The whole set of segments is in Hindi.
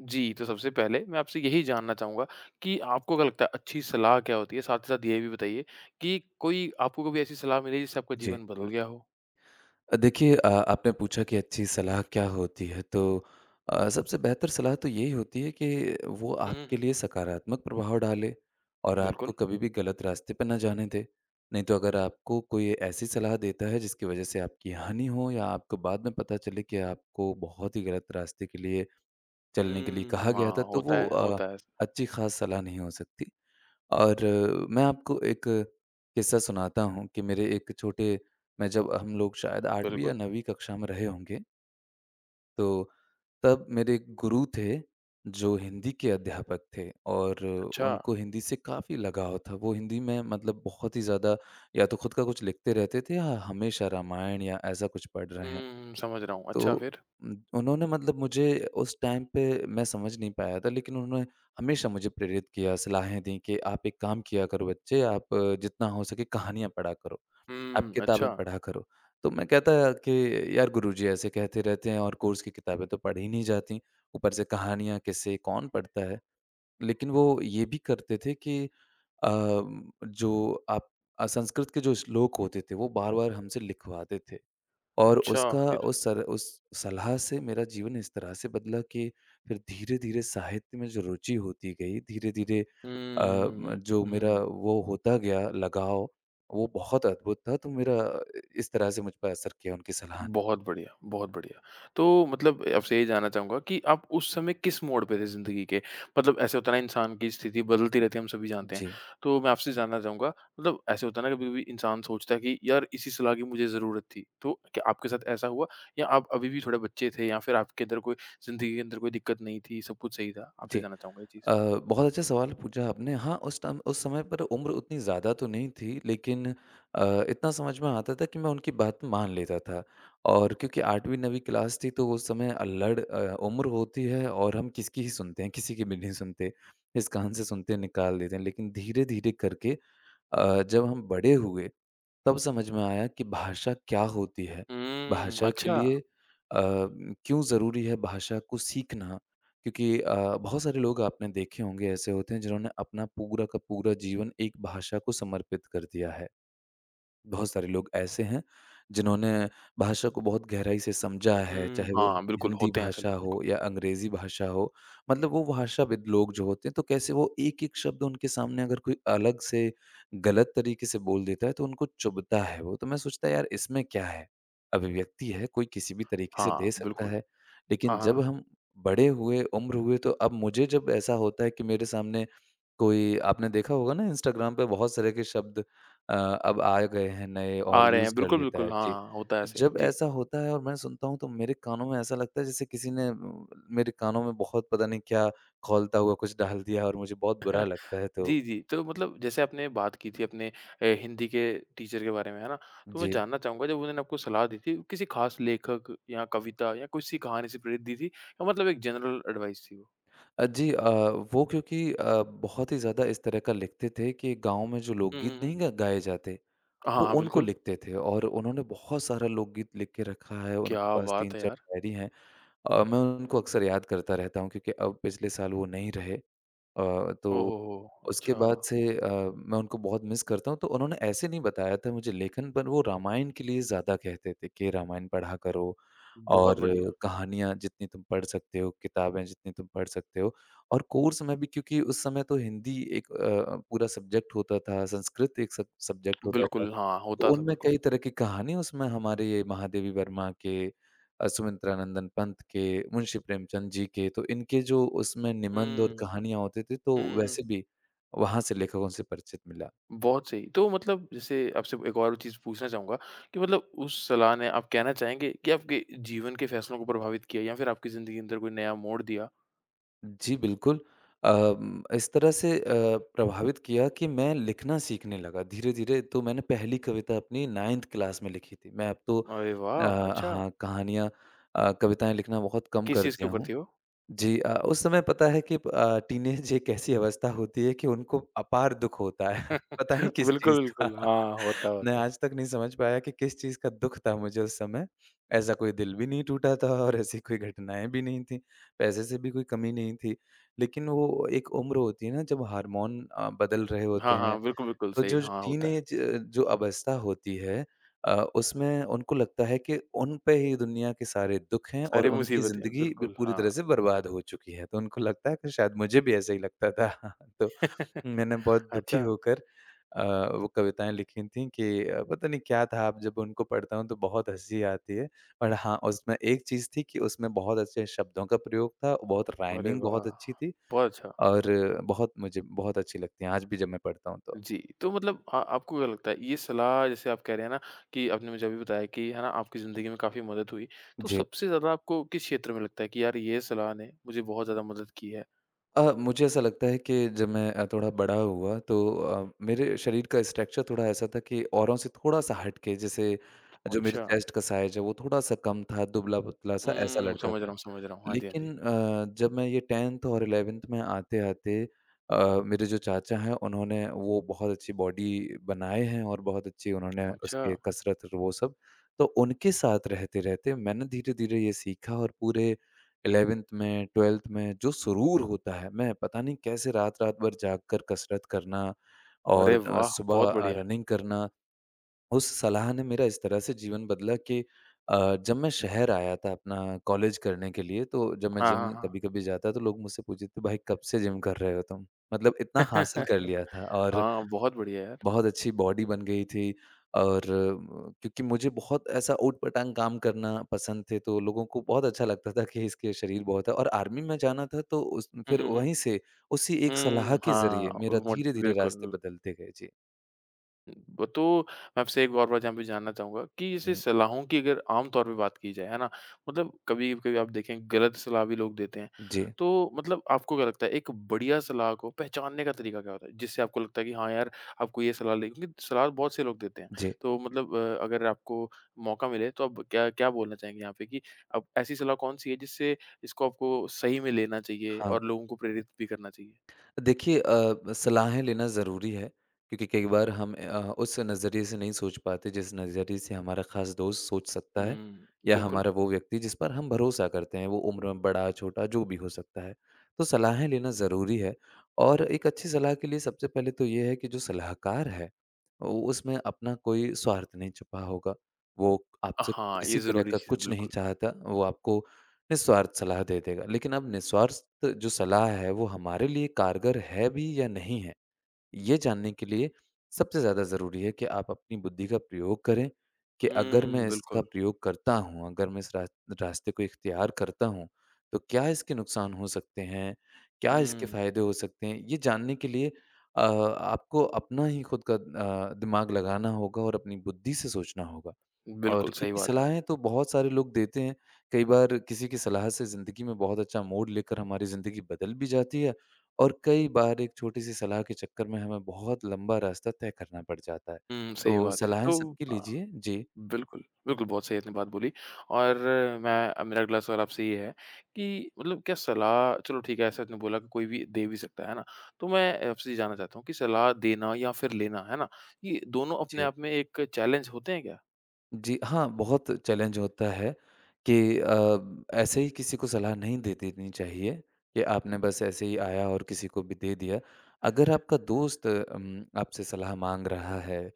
जी, तो सबसे पहले मैं आपसे यही जानना चाहूँगा कि आपको क्या लगता है अच्छी सलाह क्या होती है? साथ ही साथ ये भी बताइए कि कोई आपको कभी ऐसी सलाह मिली जिससे आपका जी। जीवन बदल गया हो? देखिए आपने पूछा कि अच्छी सलाह क्या होती है, तो सबसे बेहतर सलाह तो यही होती है कि वो हुँ, हुँ, आपके हुँ। लिए सकारात्मक प्रभाव डाले और बिल्कुल। आपको कभी भी गलत रास्ते पे ना जाने दे। नहीं तो अगर आपको कोई ऐसी सलाह देता है जिसकी वज़ह से आपकी हानि हो या आपको बाद में पता चले कि आपको बहुत ही गलत रास्ते के लिए हुँ, चलने के लिए जी। कहा गया था, हाँ, तो होता वो है, होता है। अच्छी ख़ास सलाह नहीं हो सकती। और मैं आपको एक किस्सा सुनाता हूँ कि मेरे एक छोटे मैं जब हम लोग शायद 8वीं या बिल्कुल, 9वीं कक्षा में रहे होंगे, तो तब मेरे एक गुरु थे, जो हिंदी के अध्यापक थे और अच्छा। उनको हिंदी से काफ़ी लगाव था। वो हिंदी में मतलब बहुत ही ज़्यादा या तो खुद का कुछ लिखते रहते थे या हमेशा रामायण या ऐसा कुछ पढ़ रहे हैं। हुँ, समझ रहा हूँ। तो अच्छा फिर? उन्होंने मतलब मुझे उस टाइम पे मैं समझ नहीं पाया था लेकिन उन्होंने हमेशा मुझे प्रेरित किया, सलाहें दी कि आप एक काम किया करो बच्चे, आप जितना हो सके कहानियाँ पढ़ा करो, आप हुँ, अच्छा। किताबें पढ़ा करो। तो मैं कहता कि यार गुरुजी ऐसे कहते रहते हैं और कोर्स की किताबें तो पढ़ी नहीं जाती, ऊपर से कहानियाँ, किस्से कौन पढ़ता है? लेकिन वो ये भी करते थे कि अ, जो आप संस्कृत के जो श्लोक होते थे वो बार-बार हमसे लिखवाते थे। और अच्छा, उसका फिर? उस सर उस सलाह से मेरा जीवन इस तरह से बदला कि फिर धीरे-धीरे साहित्य में जो रुचि होती गई, धीरे-धीरे अ, म हुँ। जो मेरा वो होता गया लगाव, वो बहुत अद्भुत था। तो मेरा इस तरह से मुझ पर असर किया उनकी सलाह ने। बहुत बढ़िया, बहुत बढ़िया। तो मतलब आपसे ये जानना चाहूँगा कि आप उस समय किस मोड़ पे थे ज़िंदगी के? मतलब ऐसे होता है ना इंसान की स्थिति बदलती रहती है, हम सभी जानते हैं। जी, तो मैं आपसे जानना चाहूँगा मतलब ऐसे होता है ना कभी-कभी इंसान सोचता है कि यार इसी सलाह की मुझे ज़रूरत थी। तो क्या आपके साथ ऐसा हुआ या आप अभी भी थोड़े बच्चे थे या फिर आपके अंदर कोई ज़िंदगी के अंदर कोई दिक्कत नहीं थी, सब कुछ सही था? आपसे जी। जानना चाहूँगा ये चीज़। अ, बहुत अच्छा सवाल पूछा आपने। हाँ, उस समय पर उम्र उतनी ज़्यादा तो नहीं थी लेकिन इतना समझ में आता था कि मैं उनकी बात मान लेता था। और क्योंकि 8वीं 9वीं क्लास थी तो उस समय अल्लड़ उम्र होती है और हम किसकी ही सुनते हैं, किसी की भी नहीं सुनते। इस कान से सुनते हैं, निकाल देते हैं। लेकिन धीरे-धीरे करके जब हम बड़े हुए तब समझ में आया कि भाषा क्या होती है? हुँ, भाषा के अच्छा। लिए क्यों ज़रूरी है भाषा को सीखना? क्योंकि बहुत सारे लोग आपने देखे होंगे ऐसे होते हैं जिन्होंने अपना पूरा का पूरा जीवन एक भाषा को समर्पित कर दिया है। बहुत सारे लोग ऐसे हैं, जिन्होंने भाषा को बहुत गहराई से समझा है, हुँ, चाहे वो हाँ, बिल्कुल हिंदी होते हैं ऐसे लोग भाषा बिल्कुल। हो या अंग्रेज़ी भाषा हो। मतलब वो भाषाविद लोग जो होते हैं, तो कैसे वो एक-एक शब्द उनके सामने अगर कोई अलग से गलत तरीके से बोल देता है, तो उनको चुभता है वो। तो मैं सोचता है यार इसमें क्या है? अभिव्यक्ति है, कोई किसी भी तरीके से हाँ, दे सकता बिल्कुल। है। हाँ, लेकिन जब हाँ। हम बड़े हुए, उम्र हुए, तो अब मुझे जब ऐसा होता है कि मेरे सामने कोई आपने देखा होगा ना इंस्टाग्राम पे बहुत सारे के शब्द अ, अब आ गए हैं नए और आ रहे हैं यूज़ कर बिल्कुल, लेता है। बिल्कुल। जी। हाँ, होता है तो ऐसे। जब जी। ऐसा होता है और मैं सुनता हूँ तो मेरे कानों में ऐसा लगता है जैसे किसी ने म मेरे कानों में बहुत पता नहीं क्या खौलता हुआ कुछ डाल दिया और मुझे बहुत बुरा लगता है तो जी, जी। तो मतलब जैसे आपने बात की थी अपने हिंदी के टीचर के बारे में, है ना? तो मैं जी। जानना चाहूँगा जब उन्होंने आपको सलाह दी थी, किसी खास लेखक या कविता या किसी कहानी से प्रेरित दी थी या मतलब एक जनरल एडवाइस थी वो? जी वो क्योंकि बहुत ही ज़्यादा इस तरह का लिखते थे कि गाँव में जो हुँ, हुँ, लोकगीत हुँ। नहीं ग गाए जाते, हाँ, वो हाँ, उनको बिल्कुल। लिखते थे और उन्होंने बहुत सारा लोकगीत लिख के रखा है। क्या उनके पास बात है 3-4 यार! डायरी हैं। मैं उनको अक्सर याद करता रहता हूँ क्योंकि अब पिछले साल वो नहीं रहे। तो ओहोहो! उसके अच्छा, बाद से मैं उनको बहुत मिस करता हूँ, तो उन्होंने ऐसे नहीं बताया था मुझे लेखन पर वो रामायण के लिए ज़्यादा कहते थे कि रामायण पढ़ा करो बहुत और ओह! बढ़िया। कहानियाँ जितनी तुम पढ़ सकते हो, किताबें जितनी तुम पढ़ सकते हो और कोर्स में भी क्योंकि उस समय तो हिंदी एक पूरा सब्जेक्ट होता था, संस्कृत एक सब सब्जेक्ट होता था। बिल्कुल, हाँ, तो होता था उनमें बिल्कुल। कई तरह की कहानी उसमें हमारे ये महादेवी वर्मा के सुमित्रानंदन पंत के, मुंशी प्रेमचंद जी के, तो इनके जो उसमें हुँ। निबंध और कहानियाँ होते थे, तो हुँ, हुँ, हुँ। वैसे भी वहाँ से लेखकों से परिचित मिला। बहुत सही। तो मतलब जैसे आपसे एक और चीज़ पूछना चाहूँगा कि मतलब उस सलाह ने आप कहना चाहेंगे कि आपके जीवन के फ़ैसलों को प्रभावित किया या फिर आपकी ज़िंदगी के अंदर कोई नया मोड़ दिया? जी, बिल्कुल। इस तरह से प्रभावित किया कि मैं लिखना सीखने लगा धीरे-धीरे। तो मैंने पहली कविता अपनी 9th क्लास में लिखी थी। मैं अब तो अरे वाह! अच्छा, हाँ, कहानियाँ कविताएँ लिखना बहुत कम किस कर चीज़ के दिया ऊपर हूँ। थी वो? जी उस समय पता है कि टीनेज एक ऐसी अवस्था होती है कि उनको अपार दुःख होता है। पता नहीं किस चीज़ बिल्कुल, का। बिल्कुल। हाँ, होता है, मैं होता है। आज तक नहीं समझ पाया कि किस चीज़ का दुःख था मुझे उस समय। ऐसा कोई दिल भी नहीं टूटा था और ऐसी कोई घटनाएँ भी नहीं थी। पैसे से भी कोई कमी नहीं थी। लेकिन वो एक उम्र होती है ना जब हार्मोन बदल रहे होते हाँ, हैं। हाँ, बिल्कुल, बिल्कुल तो सही। जो हाँ, होता है। टीनेज जो अवस्था होती है उसमें उनको लगता है कि उन पे ही दुनिया के सारे दुख हैं और सारी उनकी मुसीबतें, ज़िंदगी ब बिल्कुल, पूरी तरह हाँ। से बर्बाद हो चुकी है। तो उनको लगता है कि शायद मुझे भी ऐसा ही लगता था। तो मैंने बहुत दुखी अच्छा, होकर अ, वो कविताएँ लिखी थीं कि पता नहीं क्या था अब जब उनको पढ़ता हूँ तो बहुत हँसी आती है। पर हाँ, उसमें एक चीज़ थी कि उसमें बहुत अच्छे शब्दों का प्रयोग था, बहुत अरे राइमिंग बहुत वाह! अच्छी थी बहुत अच्छा। और बहुत मुझे बहुत अच्छी लगती हैं आज भी जब मैं पढ़ता हूँ तो। जी, तो मतलब आ आपको क्या लगता है ये सलाह जैसे आप कह रहे हैं ना कि आपने मुझे अभी बताया कि है ना आपकी ज़िंदगी में काफ़ी मदद हुई, तो जी। सबसे ज़्यादा आपको किस क्षेत्र में लगता है कि यार ये सलाह ने मुझे बहुत ज़्यादा मदद की है? मुझे ऐसा लगता है कि जब मैं थोड़ा बड़ा हुआ तो मेरे शरीर का स्ट्रक्चर थोड़ा ऐसा था कि औरों से थोड़ा सा हट के जैसे जो मेरे अच्छा। चेस्ट का साइज है वो थोड़ा सा कम था, दुबला-पतला सा ऐसा हुँ, लड़का समझ रहा था। हूँ, समझ रहा हूँ। हाँ जी, हाँ जी। लेकिन जब मैं ये 10th और 11th में आते-आते अ, मेरे जो चाचा हैं उन्होंने वो बहुत अच्छी बॉडी बनाए हैं और बहुत अच्छी उन्होंने अच्छा, उसके कसरत और वो सब, तो उनके साथ रहते-रहते मैंने धीरे-धीरे ये सीखा और पूरे 11th में, 12th में जो सुरूर होता है, मैं पता नहीं कैसे रात-रात भर जाग कर कसरत करना अरे और वाह! सुबह बहुत बढ़िया। रनिंग करना, उस सलाह ने मेरा इस तरह से जीवन बदला कि जब मैं शहर आया था अपना कॉलेज करने के लिए, तो जब मैं हाँ, जिम हाँ, कभी-कभी जाता, तो लोग मुझसे पूछते थे, "भाई, कब से जिम कर रहे हो तुम?" मतलब हाँ। इतना हासिल कर लिया था और हाँ, बहुत बढ़िया यार। बहुत अच्छी बॉडी बन गई थी और क्योंकि मुझे बहुत ऐसा ऊट-पटांग काम करना पसंद थे, तो लोगों को बहुत अच्छा लगता था कि इसके शरीर बहुत है और आर्मी में जाना था तो उस हुँ, फिर हुँ, हुँ। वहीं से उसी एक सलाह हुँ, के हाँ, ज़रिए मेरा वो मोट धीरे-धीरे रास्ते बिल्कुल। बदलते गए। जी। ब तो मैं आपसे एक और बात यहाँ पे जानना चाहूँगा कि जैसे हुँ। सलाहों की अगर आम तौर पे बात की जाए, है ना? मतलब कभी-कभी आप देखें गलत सलाह भी लोग देते हैं। जी, तो मतलब आपको क्या लगता है एक बढ़िया सलाह को पहचानने का तरीका क्या होता है? जिससे आपको लगता है कि हाँ यार, आपको ये सलाह ले क्योंकि सलाह बहुत से लोग देते हैं। जी। तो मतलब अगर आपको मौका मिले तो आप क्या क्या बोलना चाहेंगे यहाँ पे कि अब ऐसी सलाह कौन-सी है जिससे इसको आपको सही में लेना चाहिए हाँ। और लोगों को प्रेरित भी करना चाहिए? देखिए सलाहें लेना ज़रूरी है क्योंकि कई बार हम उस नज़रिए से नहीं सोच पाते जिस नज़रिए से हमारा ख़ास दोस्त सोच सकता है हुँ, या बिल्कुल। हमारा वो व्यक्ति जिस पर हम भरोसा करते हैं वो उम्र में बड़ा छोटा जो भी हो सकता है तो सलाहें लेना ज़रूरी है और एक अच्छी सलाह के लिए सबसे पहले तो ये है कि जो सलाहकार है वो उसमें अपना कोई स्वार्थ नहीं छुपा होगा वो आपसे हाँ, ये किसी तरह ज़रूरी का चीज़ है, कुछ नहीं बिल्कुल। चाहता वो आपको निस्वार्थ सलाह दे देगा। लेकिन अब निस्वार्थ जो सलाह है वो हमारे लिए कारगर है भी या नहीं है? ये जानने के लिए सबसे ज़्यादा ज़रूरी है कि आप अपनी बुद्धि का प्रयोग करें, कि अगर हुँ, मैं इसका बिल्कुल। प्रयोग करता हूँ, अगर मैं इस रास्ते को इख्तियार करता हूँ, तो क्या इसके नुकसान हो सकते हैं? क्या इसके हुँ, फ़ायदे हो सकते हैं? ये जानने के लिए आपको अपना ही खुद का दिमाग लगाना होगा और अपनी बुद्धि से सोचना होगा। और बिल्कुल सही क्योंकि बात है। सलाहें तो बहुत सारे लोग देते हैं, कई बार किसी की सलाह से ज़िंदगी में बहुत अच्छा मोड़ लेकर हमारी ज़िंदगी बदल भी जाती है और कई बार एक छोटी-सी सलाह के चक्कर में हमें बहुत लंबा रास्ता तय करना पड़ जाता है। हुँ, सही तो बात है। सलाहें तो सबकी हाँ, लीजिए। जी, बिल्कुल, बिल्कुल बहुत सही आपने बात बोली और मेरा अगला सवाल आपसे ये है कि मतलब क्या सलाह चलो ठीक है ऐसे आपने बोला कि कोई भी दे भी सकता है ना? तो मैं आपसे ये जानना चाहता हूँ कि सलाह देना या फिर लेना, है ना? ये दोनों अपने जी। आप में एक चैलेंज होते हैं क्या? जी, हाँ, बहुत चैलेंज होता है कि ऐसे ही किसी को सलाह नहीं दे देनी चाहिए कि आपने बस ऐसे ही आया और किसी को भी दे दिया। अगर आपका दोस्त आपसे सलाह माँग रहा है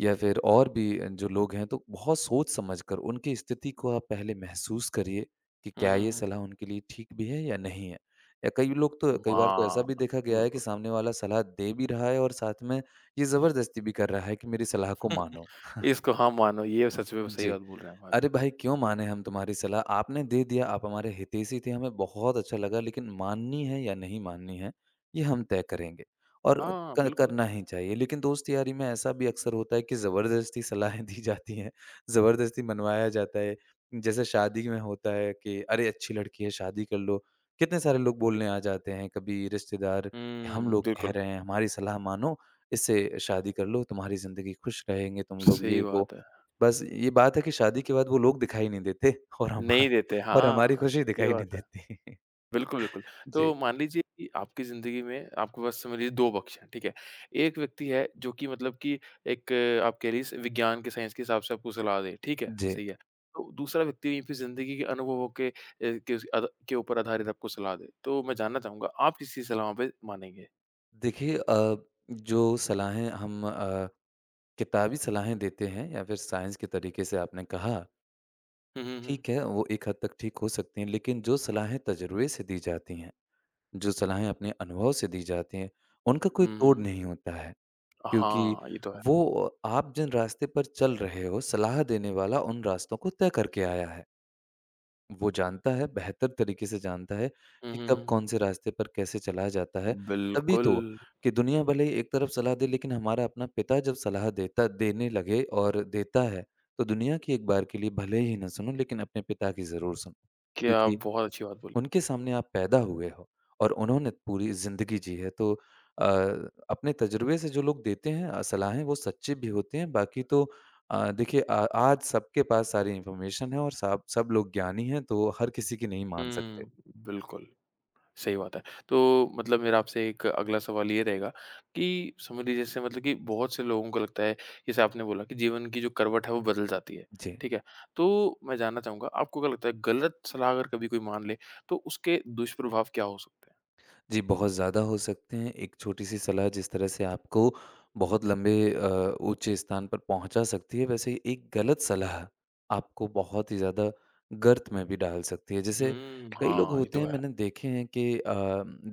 या फिर और भी जो लोग हैं, तो बहुत सोच-समझ कर उनकी स्थिति को आप पहले महसूस करिए कि हुँ, क्या हुँ, ये हुँ। सलाह उनके लिए ठीक भी है या नहीं है। या कई लोग तो कई बार तो ऐसा हाँ, भी देखा गया है कि बिल्कुल। सामने वाला सलाह दे भी रहा है और साथ में ये ज़बरदस्ती भी कर रहा है कि मेरी सलाह को मानो। इसको हाँ मानो, ये सच में सही जी। बात बोल रहे हैं आप। हाँ जी। अरे भाई! क्यों माने हम तुम्हारी सलाह? आपने दे दिया, आप हमारे हितैषी थे, हमें बहुत अच्छा लगा लेकिन माननी है या नहीं माननी है, ये हम तय करेंगे और हाँ, क बिल्कुल। करना ही चाहिए। लेकिन दोस्त यारी में ऐसा भी अक्सर होता है कि ज़बरदस्ती सलाहें दी जाती हैं, ज़बरदस्ती मनवाया जाता है। जैसे शादी में होता है कि अरे! अच्छी लड़की है, शादी कर लो। कितने सारे लोग बोलने आ जाते हैं, कभी रिश्तेदार कि हम हुँ, लोग कह बिल्कुल। रहे हैं, हमारी सलाह मानो, इससे शादी कर लो, तुम्हारी ज़िंदगी खुश रहेंगे तुम लोग, सही ये वो। बात है। बस ये बात है कि शादी के बाद वो लोग दिखाई नहीं देते और हमा नहीं देते, और हमारी हाँ, खुशी ये दिखाई नहीं बात है। देती। बिल्कुल, बिल्कुल। जी। तो मान लीजिए कि आपकी ज़िंदगी में आपके पास समझ लीजिए 2 पक्ष हैं, ठीक है? एक व्यक्ति है जो कि मतलब कि एक आप कह लीजिए विज्ञान के साइंस के हिसाब से आपको सलाह दे, ठीक है? जी। सही है। तो दूसरा व्यक्ति यहीं पे ज़िंदगी के अनुभवों के के उस अध के ऊपर आधारित आपको सलाह दे। तो मैं जानना चाहूँगा आप किसकी सलाह पे मानेंगे? देखिए जो सलाहें हम किताबी सलाहें देते हैं या फिर साइंस के तरीके से आपने कहा, हुँ, हुँ, हुँ। ठीक है, वो एक हद तक ठीक हो सकती हैं, लेकिन जो सलाहें तज़ुर्बे से दी जाती हैं, जो सलाहें अपने अनुभव से दी जाती हैं, उनका कोई हुँ, तोड़ हुँ। नहीं होता है। क्योंकि हाँ, ये तो है। वो आप जिन रास्ते पर चल रहे हो, सलाह देने वाला उन रास्तों को तय करके आया है। वो जानता है, बेहतर तरीके से जानता है हुँ, कि हुँ, कब हुँ। कौन-से रास्ते पर कैसे चला जाता है। तभी बिल्कुल, तो कि दुनिया भले ही एक तरफ सलाह दे लेकिन हमारा अपना पिता जब सलाह देता देने लगे और देता है, तो दुनिया की एक बार के लिए भले ही ना सुनो लेकिन अपने पिता की ज़रूर सुनो। क्या क्योंकि बहुत अच्छी बात बोली। उनके सामने आप पैदा हुए हो और उन्होंने पूरी ज़िंदगी जी है तो अपने तजुर्बे से जो लोग देते हैं सलाहें वो सच्चे भी होते हैं बाकी तो देखिए आज सबके पास सारी इन्फॉर्मेशन है और सब सब लोग ज्ञानी हैं तो हर किसी की नहीं मान सकते। हुँ, बिल्कुल। सही बात है। तो मतलब मेरा आपसे एक अगला सवाल ये रहेगा कि समझ लीजिए जैसे मतलब कि बहुत से लोगों को लगता है, जैसे आपने बोला कि जीवन की जो करवट है वो बदल जाती है, जी। ठीक है? तो मैं जानना चाहूँगा आपको क्या लगता है गलत सलाह अगर कभी कोई मान ले तो उसके दुष्प्रभाव क्या हो सकते हैं? जी, बहुत ज़्यादा हो सकते हैं। एक छोटी-सी सलाह जिस तरह से आपको बहुत लंबे ऊँचे स्थान पर पहुँचा सकती है, वैसे ही एक गलत सलाह आपको बहुत ही ज़्यादा गर्त में भी डाल सकती है। जैसे हुँ, कई लोग हाँ, ये होते तो हैं है। मैंने देखे हैं कि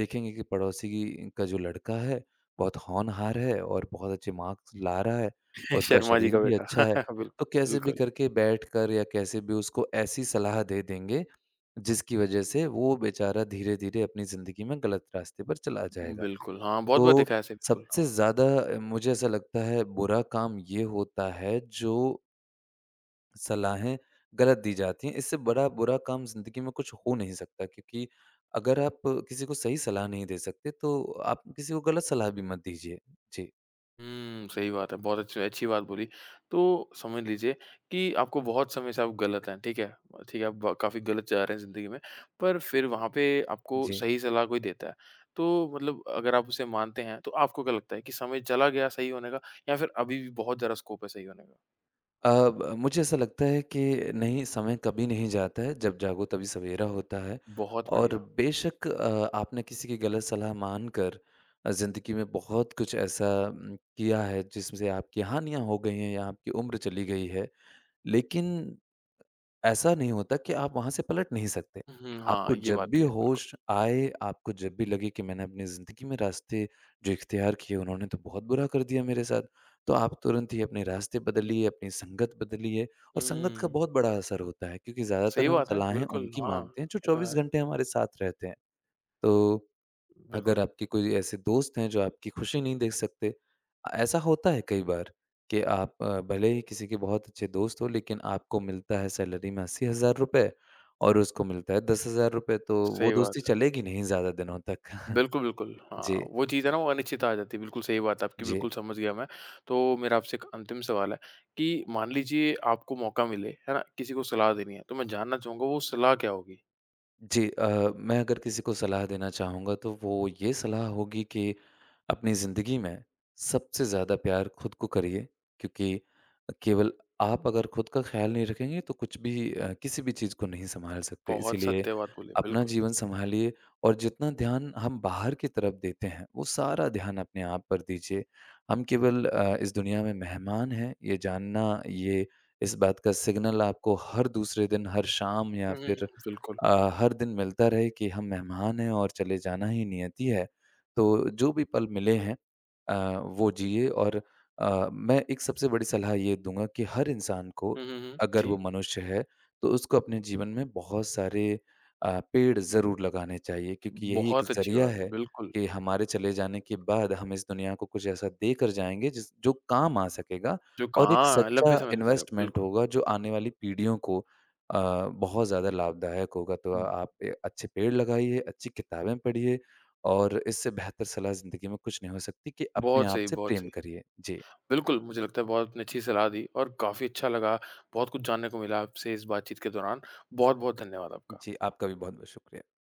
देखेंगे कि पड़ोसी की का जो लड़का है, बहुत होनहार है और बहुत अच्छे मार्क्स ला रहा है और उसका शर्मा जी शरीर का भी बेटा। अच्छा है। तो बिल्कुल, कैसे भी बिल्कुल। करके बैठकर या कैसे भी उसको ऐसी सलाह दे देंगे जिसकी वजह से वो बेचारा धीरे-धीरे अपनी ज़िंदगी में गलत रास्ते पर चला जाएगा। बिल्कुल, हाँ, बहुत बार तो देखा है ऐसे बिल्कुल, सबसे हाँ। ज़्यादा मुझे ऐसा लगता है बुरा काम ये होता है जो सलाहें गलत दी जाती हैं। इससे बड़ा बुरा काम ज़िंदगी में कुछ हो नहीं सकता क्योंकि अगर आप किसी को सही सलाह नहीं दे सकते तो आप किसी को गलत सलाह भी मत दीजिए। जी। हुँ, सही बात है। बहुत अच्छी अच्छी बात बोली। तो समझ लीजिए कि आपको बहुत समय से आप गलत हैं, ठीक है? ठीक है, आप ब काफ़ी गलत जा रहे हैं ज़िंदगी में, पर फिर वहाँ पे आपको जी। सही सलाह कोई देता है। तो मतलब अगर आप उसे मानते हैं, तो आपको क्या लगता है कि समय चला गया सही होने का या फिर अभी भी बहुत ज़्यादा स्कोप है सही होने का? अ, ब मुझे ऐसा लगता है कि नहीं, समय कभी नहीं जाता है, जब जागो तभी सवेरा होता है बहुत और बढ़िया। बेशक आपने किसी की गलत सलाह मानकर ज़िंदगी में बहुत कुछ ऐसा किया है, जिसमें से आपकी हानियाँ हो गई हैं या आपकी उम्र चली गई है। लेकिन ऐसा नहीं होता कि आप वहाँ से पलट नहीं सकते। हुँ, हाँ, आपको ये जब बात भी भी है, बिल्कुल। होश आए, आपको जब भी लगे कि मैंने अपनी ज़िंदगी में रास्ते जो इख्तियार किए उन्होंने तो बहुत बुरा कर दिया मेरे साथ, तो आप तुरंत ही अपने रास्ते बदलिए, अपनी संगत बदलिए और संगत का हुँ, बहुत बड़ा असर होता है क्योंकि सही ज़्यादातर हम बात है, सलाहें बिल्कुल। उनकी हाँ, मानते हैं जो ये तो 24 है, घंटे हमारे साथ रहते हैं। तो अगर बिल्कुल। आपके कोई ऐसे दोस्त हैं जो आपकी खुशी नहीं देख सकते, ऐसा होता है कई बार कि आप भले ही किसी के बहुत अच्छे दोस्त हो लेकिन आपको मिलता है सैलरी में ₹80,000 और उसको मिलता है ₹10,000 तो वो सही दोस्ती बात है। चलेगी नहीं ज़्यादा दिनों तक। बिल्कुल, बिल्कुल। हाँ, जी, वो चीज़ है ना वो अनिश्चितता आ जाती है। बिल्कुल सही बात है आपकी, जी। बिल्कुल समझ गया मैं। तो मेरा आपसे एक अंतिम सवाल है कि मान लीजिए आपको मौका मिले, है ना? किसी को सलाह देनी है, तो मैं जानना चाहूँगा वो सलाह क्या होगी? जी मैं अगर किसी को सलाह देना चाहूँगा तो वो ये सलाह होगी कि अपनी ज़िंदगी में सबसे ज़्यादा प्यार खुद को करिए क्योंकि केवल आप अगर खुद का ख्याल नहीं रखेंगे तो कुछ भी किसी भी चीज़ को नहीं संभाल सकते। बहुत इसीलिए सत्य बात बोले, अपना बिल्कुल। जीवन संभालिए और जितना ध्यान हम बाहर की तरफ देते हैं वो सारा ध्यान अपने आप पर दीजिए। हम केवल इस दुनिया में मेहमान हैं ये जानना ये इस बात का सिग्नल आपको हर दूसरे दिन, हर शाम या हुँ, हुँ, हुँ, फिर बिल्कुल। हर दिन मिलता रहे कि हम मेहमान हैं और चले जाना ही नियति है। तो जो भी पल मिले हैं वो जिए और मैं एक सबसे बड़ी सलाह ये दूँगा कि हर इंसान को हुँ, हुँ, हुँ, अगर जी। वो मनुष्य है, तो उसको अपने जीवन में बहुत सारे पेड़ ज़रूर लगाने चाहिए क्योंकि यही एक बहुत अच्छी ज़रिया बात है, है बिल्कुल। कि हमारे चले जाने के बाद हम इस दुनिया को कुछ ऐसा देकर जाएँगे जिस जो काम आ सकेगा जो और एक कहाँ लंबे सच्चा समय तक चलेगा, इन्वेस्टमेंट बिल्कुल। होगा जो आने वाली पीढ़ियों को बहुत ज़्यादा लाभदायक होगा। तो आप ए अच्छे पेड़ लगाइए, अच्छी किताबें पढ़िए और इससे बेहतर सलाह ज़िंदगी में कुछ नहीं हो सकती कि अपने बहुत आप सही, से बहुत प्रेम सही। करिए। जी। बिल्कुल, मुझे लगता है बहुत आपने अच्छी सलाह दी और काफ़ी अच्छा लगा, बहुत कुछ जानने को मिला आपसे इस बातचीत के दौरान। बहुत-बहुत धन्यवाद आपका। जी, आपका भी बहुत-बहुत शुक्रिया।